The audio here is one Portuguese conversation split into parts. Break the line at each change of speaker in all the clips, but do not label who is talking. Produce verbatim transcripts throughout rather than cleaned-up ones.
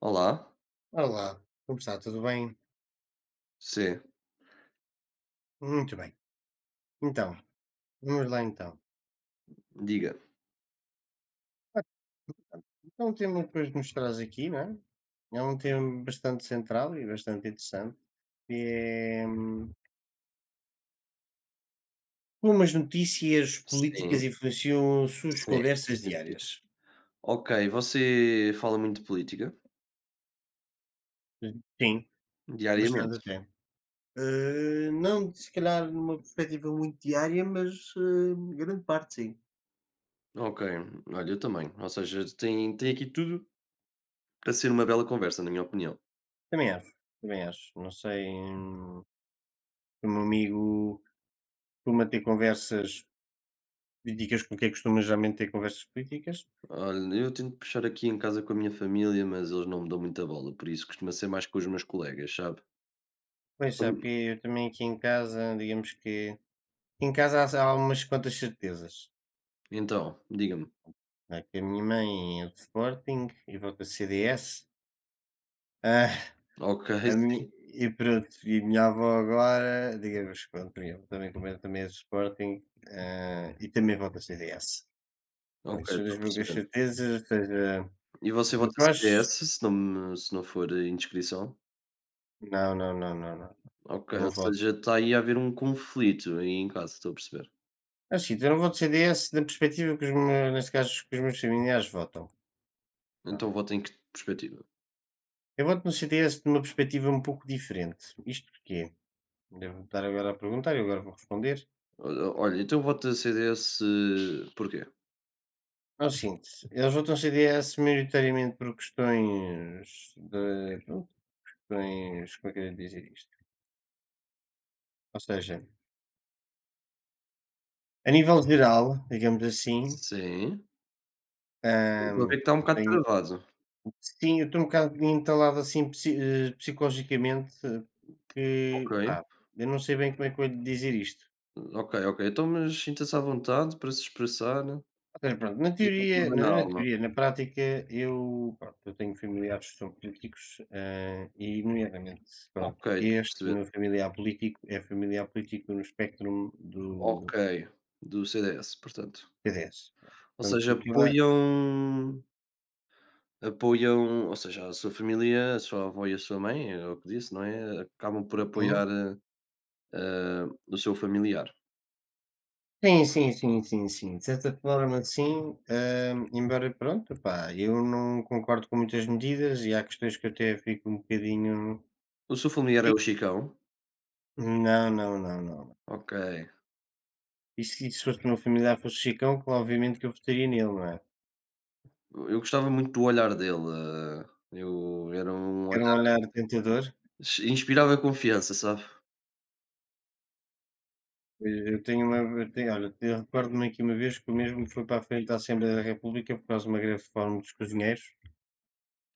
Olá,
Olá, como está? Tudo bem?
sim,
Muito bem. Então, vamos lá então.
diga.
Então, o tema que hoje nos traz aqui, não é? É um tema bastante central e bastante interessante. Que É hum, Como as notícias
Sim,
políticas influenciam as suas
sim,
conversas
sim, sim.
diárias.
Ok, você fala muito de política?
Sim, bastante
Diariamente?
até. Eh, não, se calhar, numa perspectiva muito diária, mas eh, grande parte, sim.
Ok, olha, eu também. Ou seja, tem, tem aqui tudo para ser uma bela conversa, na minha opinião.
Também acho, também acho. Não sei, hum, O meu amigo costuma ter conversas. Me digas com quem costumas geralmente ter conversas políticas?
Olha, eu tento puxar aqui em casa com a minha família, mas eles não me dão muita bola, por isso costuma ser mais com os meus colegas, sabe?
Pois,
Hum.
sabe que eu também aqui em casa, digamos que em casa há há umas quantas certezas,
Então, diga-me.
né, que a minha mãe é do Sporting e vota C D S. Ah,
Ok,
a mi
sim.
E pronto, e a minha avó agora, digamos, que pronto, eu também, como ela também é do Sporting, ah, e também vota C D S.
Ok,
Pronto, são
estou
as
a
poucas
perceber.
certezas, ou seja,
E
o
você vota
que eu acho...
C D S, se não, me- se não for, eh, indiscrição?
não, não, não, não, não,
Ok,
não
ou seja,
voto.
está aí a haver um conflito aí em casa, estou a perceber.
É o seguinte, eu não voto C D S na perspectiva que os me neste caso, que os meus familiares votam,
Então
pronto.
voto em que perspectiva?
Eu voto no C D S de uma perspectiva um pouco diferente. Isto porquê? Devo me estar agora a perguntar e eu agora vou responder.
O- Olha, então voto vota C D S, eh, porquê?
É o seguinte, eles votam C D S maioritariamente por questões de, pronto, questões... Como é que eu hei dizer isto? Ou seja, a nível geral, digamos assim,
Sim.
hã,
Estou a ver que está um bocado
tenho...
travado.
Sim, eu estou um bocado entalado assim psi eh, psicologicamente, eh,
Ok.
que pá, eu não sei bem como é que eu hei de dizer isto.
Ok, ok. Então, mas sinta-se à vontade para se expressar.
Ou seja, pronto, na
Diga o que
teoria
lhe vem
não
na
é na
alma.
teoria, na prática eu, pronto, eu tenho familiares que são políticos, hã, e nomeadamente, pronto,
Ok, estou a
este
perceber.
meu familiar político é familiar político no espectro
Ok.
do
Do C D S, portanto.
C D S.
Ou seja,
Portanto, toda...
apoiam. Apoiam, ou seja, a sua família, a sua avó e a sua mãe, é o que disse, não é? Acabam por apoiar, eh, o seu familiar.
Sim, sim, sim, sim, sim. De certa forma, sim, hum, embora pronto, pá, eu não concordo com muitas medidas e há questões que eu até fico um bocadinho.
O seu familiar é o Chicão?
Não, não, não, não.
Ok.
E se, se fosse meu familiar fosse Chicão, claro, obviamente que eu votaria nele, não é?
Eu eu gostava muito do olhar dele. Eh, eu era um
Era um
olhar...
olhar tentador.
Ch- inspirava confiança, sabe.
Eh, Eu tenho uma. Eu tenho, olha, eu recordo-me aqui uma vez que o mesmo foi para a frente da Assembleia da República por causa de uma greve fome dos cozinheiros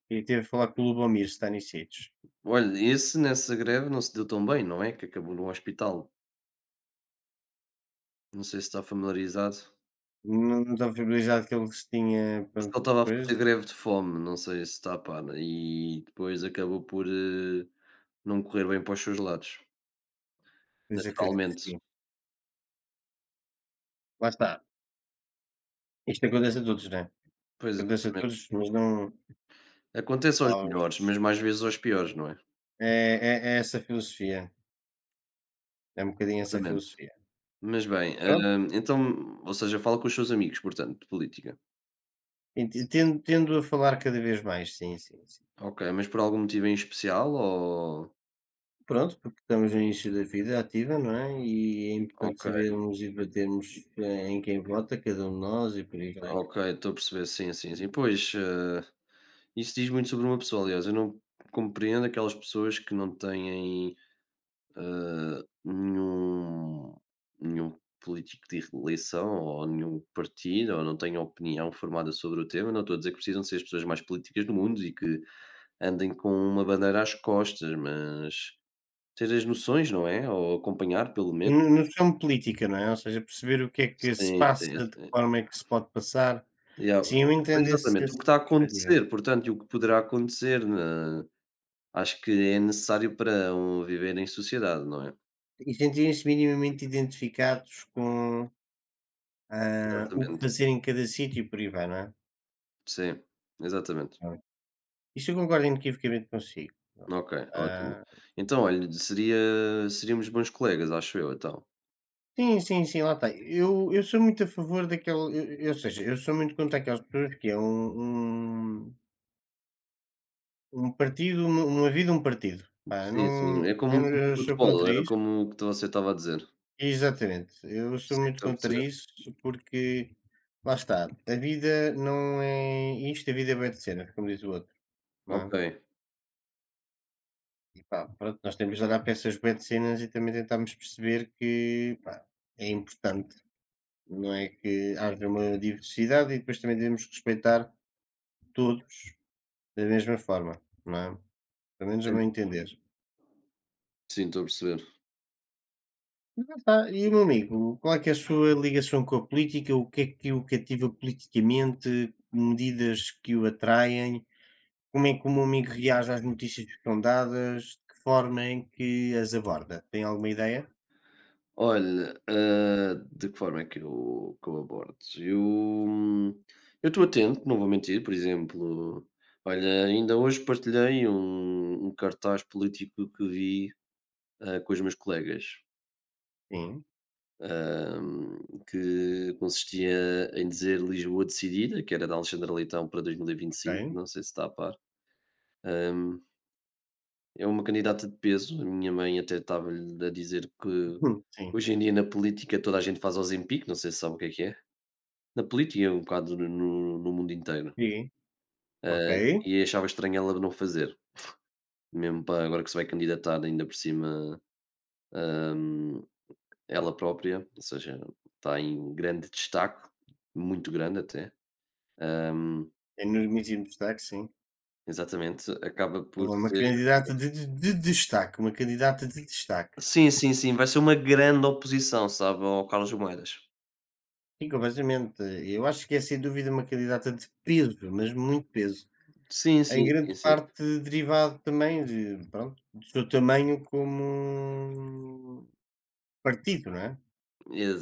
e teve a falar com o Lubomir Stanisic.
Olha, esse, nessa greve não se deu tão bem, não é, que acabou num hospital. Não sei se está familiarizado.
Não estava familiarizado que ele se tinha.
Porque
Pronto.
ele estava a fazer greve de fome, não sei se está a par, e depois acabou por, eh, não correr bem para os seus lados,
Pois, acredito
naturalmente.
que sim. Lá está, isto acontece a todos, né,
Pois,
acontece a
exatamente.
todos, mas não
Acontece aos
aos
melhores, mas mais vezes aos piores, não é?
é, é, é essa filosofia, é um bocadinho essa
Exatamente.
filosofia.
Mas bem,
Pronto,
hã, então, ou seja, fala com os seus amigos, portanto, de política.
e te tendo, tendo a falar cada vez mais, sim, sim, sim.
Ok, mas por algum motivo em especial? Ou
Pronto, porque estamos no início da vida ativa, não é, e é importante
ok,
sabermos e debatermos, eh, em quem vota cada um de nós e por aí vai.
ok, estou a perceber, sim, sim, sim. Pois, hã, isso diz muito sobre uma pessoa. Aliás, eu não compreendo aquelas pessoas que não têm nenhum nenhum político de eleição ou nenhum partido, ou não têm opinião formada sobre o tema. Não estou a dizer que precisam ser as pessoas mais políticas do mundo e que andem com uma bandeira às costas, mas ter as noções, não é? Ou acompanhar pelo
E
menos.
no no chão política, não é, ou seja, perceber o que é que se
Sim,
passa,
sim,
de que
sim.
forma é que se pode passar.
Yeah,
Sim, eu entendo esse
exatamente, o que
essa
está a
perspectiva.
acontecer, portanto, e o que poderá acontecer na... Acho que é necessário para um viver em sociedade, não é?
E sentirem-se minimamente identificados com, ah, o que
Exatamente,
fazer em cada sítio e por aí vai, não é?
sim, exatamente.
Hã. Isso eu concordo inequivocamente consigo, pronto.
Ok, ótimo.
Ah,
Então, olha, seria seríamos bons colegas, acho eu, então.
sim, sim, sim, lá está. Eu eu sou muito a favor daquele... eu Ou seja, eu sou muito contra aquelas pessoas que é um um um partido, uma uma vida, um partido. Pá,
Sim, sim,
não
é como um
eu não-
clube de
eu sou
futebol,
contra
era
isso.
como o que você estava a dizer.
Exatamente, eu sou
Sim,
muito
estou a
contra
perceber.
isso porque, lá está, a vida não é isto, a vida é bué de cenas, como diz o outro, não é?
Ok,
Epá, pronto, nós temos de olhar para essas cenas e também tentarmos perceber que, pá, é importante, não é que haja uma diversidade e depois também devemos respeitar todos da mesma forma, não é? Pelo menos ao
sim,
meu entender.
sim, estou a perceber.
E lá E, meu amigo, qual é que é a sua ligação com a política? O que é que o cativa politicamente? Medidas que o atraem? Como é que o meu amigo reage às notícias que são dadas? De que forma é que as aborda? Tem alguma ideia?
Olha, hã, de que forma é que eu que eu abordo? Eu hum, eu estou atento, não vou mentir. Por exemplo, olha, ainda hoje partilhei um um cartaz político que vi, hã, com os meus colegas,
Sim,
hã, que consistia em dizer "Lisboa decidida", que era da Alexandra Leitão para dois mil e vinte e cinco,
ok.
não sei se está a par. Hã, é uma candidata de peso. A minha mãe até estava-lhe a dizer que
Hum, Sim.
hoje em dia na política toda a gente faz Ozempic, não sei se sabe o que é que é. Na política, um bocado no no mundo inteiro,
Sim, ok.
ah, e achava estranho ela não fazer, mesmo para agora que se vai candidatar ainda por cima, hã, ela própria. Ou seja, está em grande destaque, muito grande até, hã,
É nos mesmos destaque, sim.
exatamente, acaba por
Uma
ser...
candidata de, de, de destaque, uma candidata de destaque.
Sim, sim, sim, vai ser uma grande oposição, sabe, ao Carlos Moedas.
Sim, completamente. Eu acho que é sem dúvida uma candidata de peso, mas muito peso.
Sim,
Em
sim, sim,
grande
sim.
parte derivado também de, pronto, do seu tamanho como partido, não é?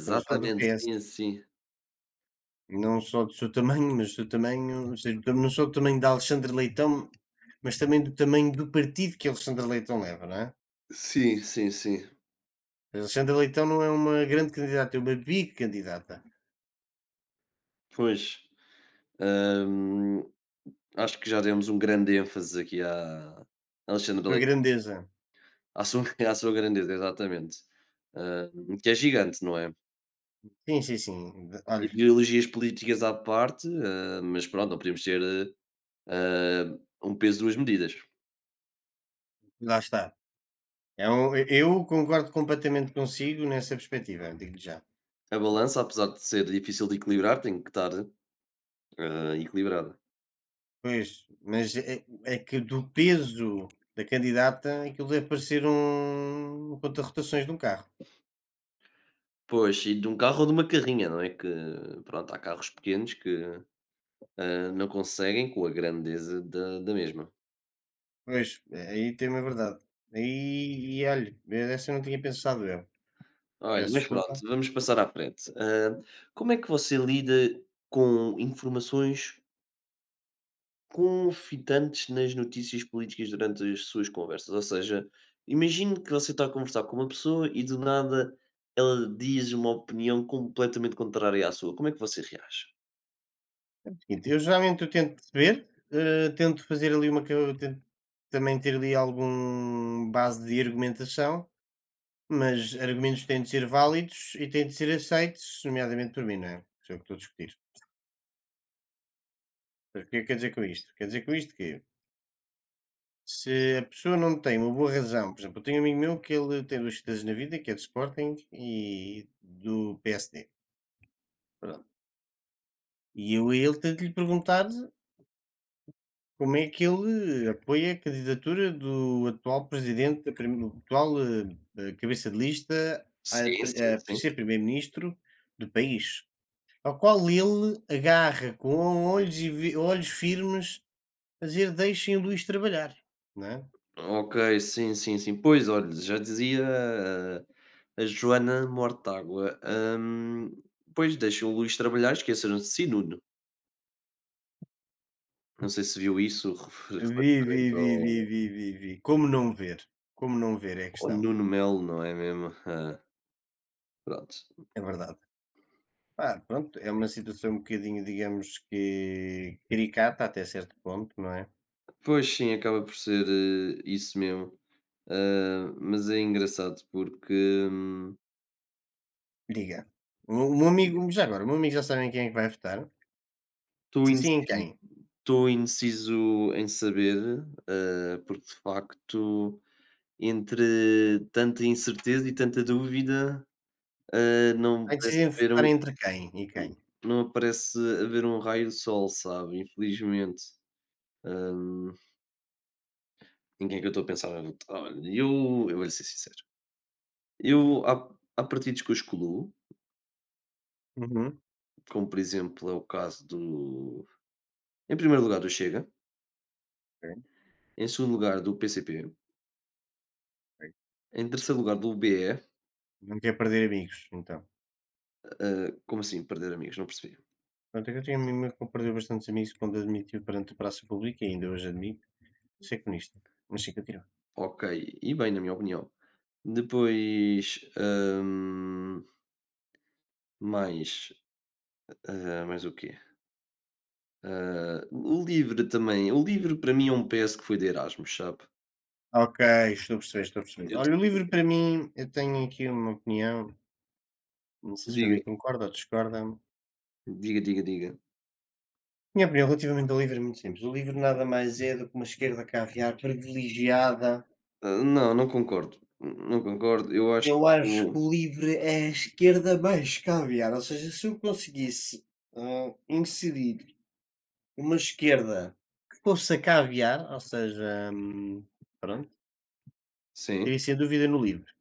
Estamos a falar do P S.
sim, sim.
Não só do seu tamanho, mas do seu tamanho, ou seja, tam- não só do tamanho de Alexandre Leitão, mas também do tamanho do partido que Alexandre Leitão leva, não é?
Sim, sim, sim.
Alexandra Leitão não é uma grande candidata, é uma bicandidata,
Pois, ehm, acho que já demos um grande ênfase aqui à Alexandre
pela
Leitão,
grandeza.
à sua à sua grandeza, exatamente, hã, que é gigante, não é?
Sim, sim, sim. D Olhe,
Ideologias políticas à parte, hã, mas pronto, não podemos ter, hã, um peso, duas medidas.
lá está. É um eu concordo completamente consigo nessa perspectiva, digo-lhe já.
A balança, apesar de ser difícil de equilibrar, tem que estar, hã, equilibrada.
Pois, mas é é que do peso da candidata, aquilo deve parecer um um conta-rotações de um carro.
Pois, e de um carro ou de uma carrinha, não é? Que pronto, há carros pequenos que, hã, não conseguem com a grandeza da da mesma.
Pois, aí tem uma verdade. Aí E olhe, essa eu não tinha pensado eu.
Olha,
Peço
mas pronto,
desculpa.
vamos passar à frente. Hã, como é que você lida com informações confitantes nas notícias políticas durante as suas conversas? Ou seja, imagine que você está a conversar com uma pessoa e do nada ela diz uma opinião completamente contrária à sua. Como é que você reage?
Então, eu geralmente eu tento ver, eh, tento fazer ali uma ca eu tento também ter ali algum base de argumentação, mas argumentos têm de ser válidos e têm de ser aceitos, nomeadamente por mim, não é? Isso é o que estou a discutir. Mas o que é que quer dizer com isto? Quer dizer com isto que se a pessoa não tem uma boa razão. Por exemplo, eu tenho um amigo meu que ele tem duas cidades na vida, que é do Sporting e do P S D, pronto. E eu a ele tento lhe perguntar como é que ele eh, apoia a candidatura do atual presidente, da prim- do atual eh, eh, cabeça de lista a,
Sim,
pre-
sim,
a pre-
sim.
ser primeiro-ministro do país, ao qual ele agarra com olhos, e vi- olhos firmes a dizer: deixem o Luís trabalhar, não é?
Ok, sim, sim, sim. Pois, olha, já dizia, ah, a Joana Mortágua, hum, pois deixa o Luís trabalhar, esqueceram-se de Sinúno. Não sei se viu isso
Vi, vi,
relativamente
vi, vi,
ao
vi, vi, vi. Como não ver? Como não ver é a
ao
questão,
Nuno Melo, não é mesmo? Hã, pronto.
é verdade. Pá, pronto, é uma situação um bocadinho, digamos que caricata até certo ponto, não é?
Pois sim, acaba por ser, eh, isso mesmo. Hã, mas é engraçado porque, hum,
Diga. O o meu amigo já agora, o meu amigo já sabe em quem é que vai votar?
estou
Se sim, em
indeciso
quem?
estou indeciso em saber, hã, porque de facto entre tanta incerteza e tanta dúvida, hã, não
Ai,
parece
decidem
haver
votar
um...
entre quem e quem?
não parece haver um raio de sol, sabe, infelizmente. Em quem é que eu estou a pensar? Olha, eu eu vou-lhe ser sincero. Eu há há partidos que eu excluo,
Uhum.
como por exemplo é o caso do... em primeiro lugar, do Chega,
Ok,
em segundo lugar, do P C P,
ok.
em terceiro lugar, do B E.
Não quer perder amigos, então.
eh, como assim perder amigos? Não percebi.
Pronto, é que eu tenho um amigo meu que perdeu bastantes amigos quando admitiu perante a praça pública, e ainda hoje admite, ser comunista. Mas sim, continua.
Ok, e bem, na minha opinião. Depois, hum, mais, ah, mais o quê? Ah, o LIVRE também. O LIVRE para mim é um P S que foi de Erasmus, sabe?
Ok, estou a perceber, estou a perceber.
Eu ta
Olha, o livro para mim, eu tenho aqui uma opinião, não sei se o meu
diga,
amigo concorda ou discorda.
diga, diga, diga.
Minha opinião relativamente ao livro é muito simples. O livro nada mais é do que uma esquerda caviar privilegiada.
Ah, não, não concordo, não concordo, eu acho
Eu
que
acho
o...
que o livre é a esquerda mais caviar. Ou seja, se eu conseguisse ah, inserir uma esquerda que fosse a caviar, ou seja, hum, pronto,
Sim.
teria sem dúvida no livre.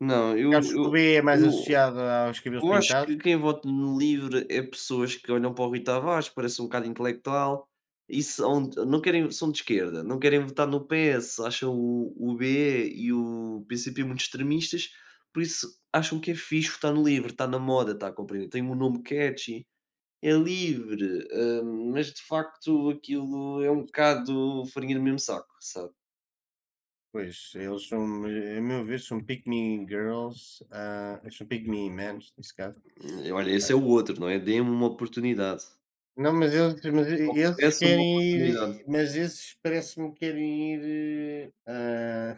Não, eu
Acho que
eu
o B é mais
eu
associado aos cabelos
eu acho
pintados.
que quem vota no LIVRE é pessoas que olham para o Rui Tavares, parece um bocado intelectual, e são... não querem... são de esquerda, não querem votar no P S, acham o o B e o P C P muito extremistas, por isso acham que é fixe votar no LIVRE, está na moda, está a compreender? Tem um nome catchy, é LIVRE, hum, mas de facto aquilo é um
Pois,
bocado farinha do mesmo saco, sabe?
pois, eles são, a meu ver, são pick me girls, ah, são pick me men, nesse caso.
Olha, esse é o outro, não é? Dê-me uma oportunidade,
Não, mas eles, mas
só
esses
oferece uma
querem
oportunidade.
ir, mas esses parece-me que querem ir, ah,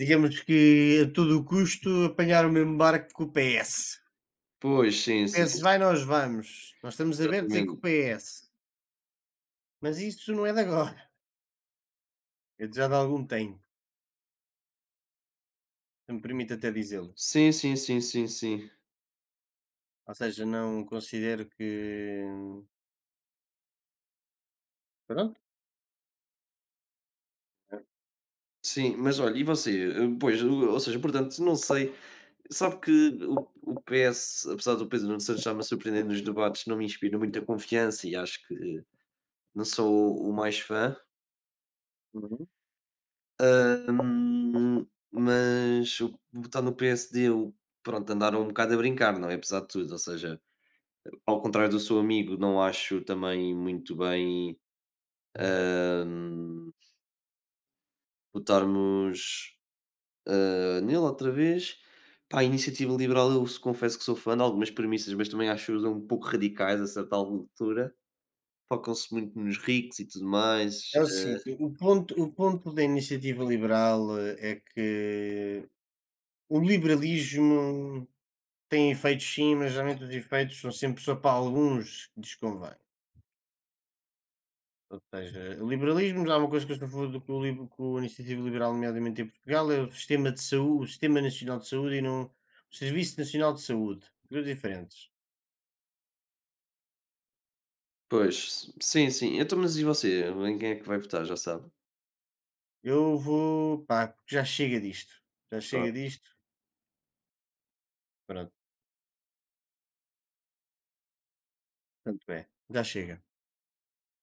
digamos que a todo custo apanhar o mesmo barco que o P S.
Pois,
O
sim, sim,
P S
sim,
vai, nós vamos. Nós estamos abertos aí com o
exatamente.
P S. Mas isso não é de agora, é de já de algum tempo, se me permite até dizê-lo.
Sim, sim, sim, sim, sim.
Ou seja, não considero que... pronto.
Sim, mas olha, e você? Eh, pois, o ou seja, portanto, não sei, sabe que o o P S, apesar do Pedro Nuno Santos estar-me a surpreender nos debates, não me inspira muita confiança e acho que não sou o mais fã,
Uhum.
hum, mas o votar no P S D, eu pronto, andaram um bocado a brincar, não é, apesar de tudo. Ou seja, ao contrário do seu amigo, não acho também muito bem, hum, votarmos, ah, nele outra vez. Pá, a Iniciativa Liberal eu s- confesso que sou fã de algumas premissas, mas também acho-as um pouco radicais a certa altura. Focam-se muito nos ricos e tudo mais.
É o seguinte, o ponto, o ponto da iniciativa liberal, eh, é que o liberalismo tem efeitos sim, mas geralmente os efeitos são sempre só para alguns que desconvém. Ou seja, o liberalismo já é uma coisa que eu sou a favor do que o libe que o iniciativa liberal, nomeadamente em Portugal, é o sistema de saúde, o Sistema Nacional de Saúde e não o Serviço Nacional de Saúde, coisas diferentes.
Pois, sim, sim. Então, mas e você? Em quem é que vai votar, já sabe?
Eu vou, pá, porque já chega disto, já chega disto, pronto, tanto é, já chega.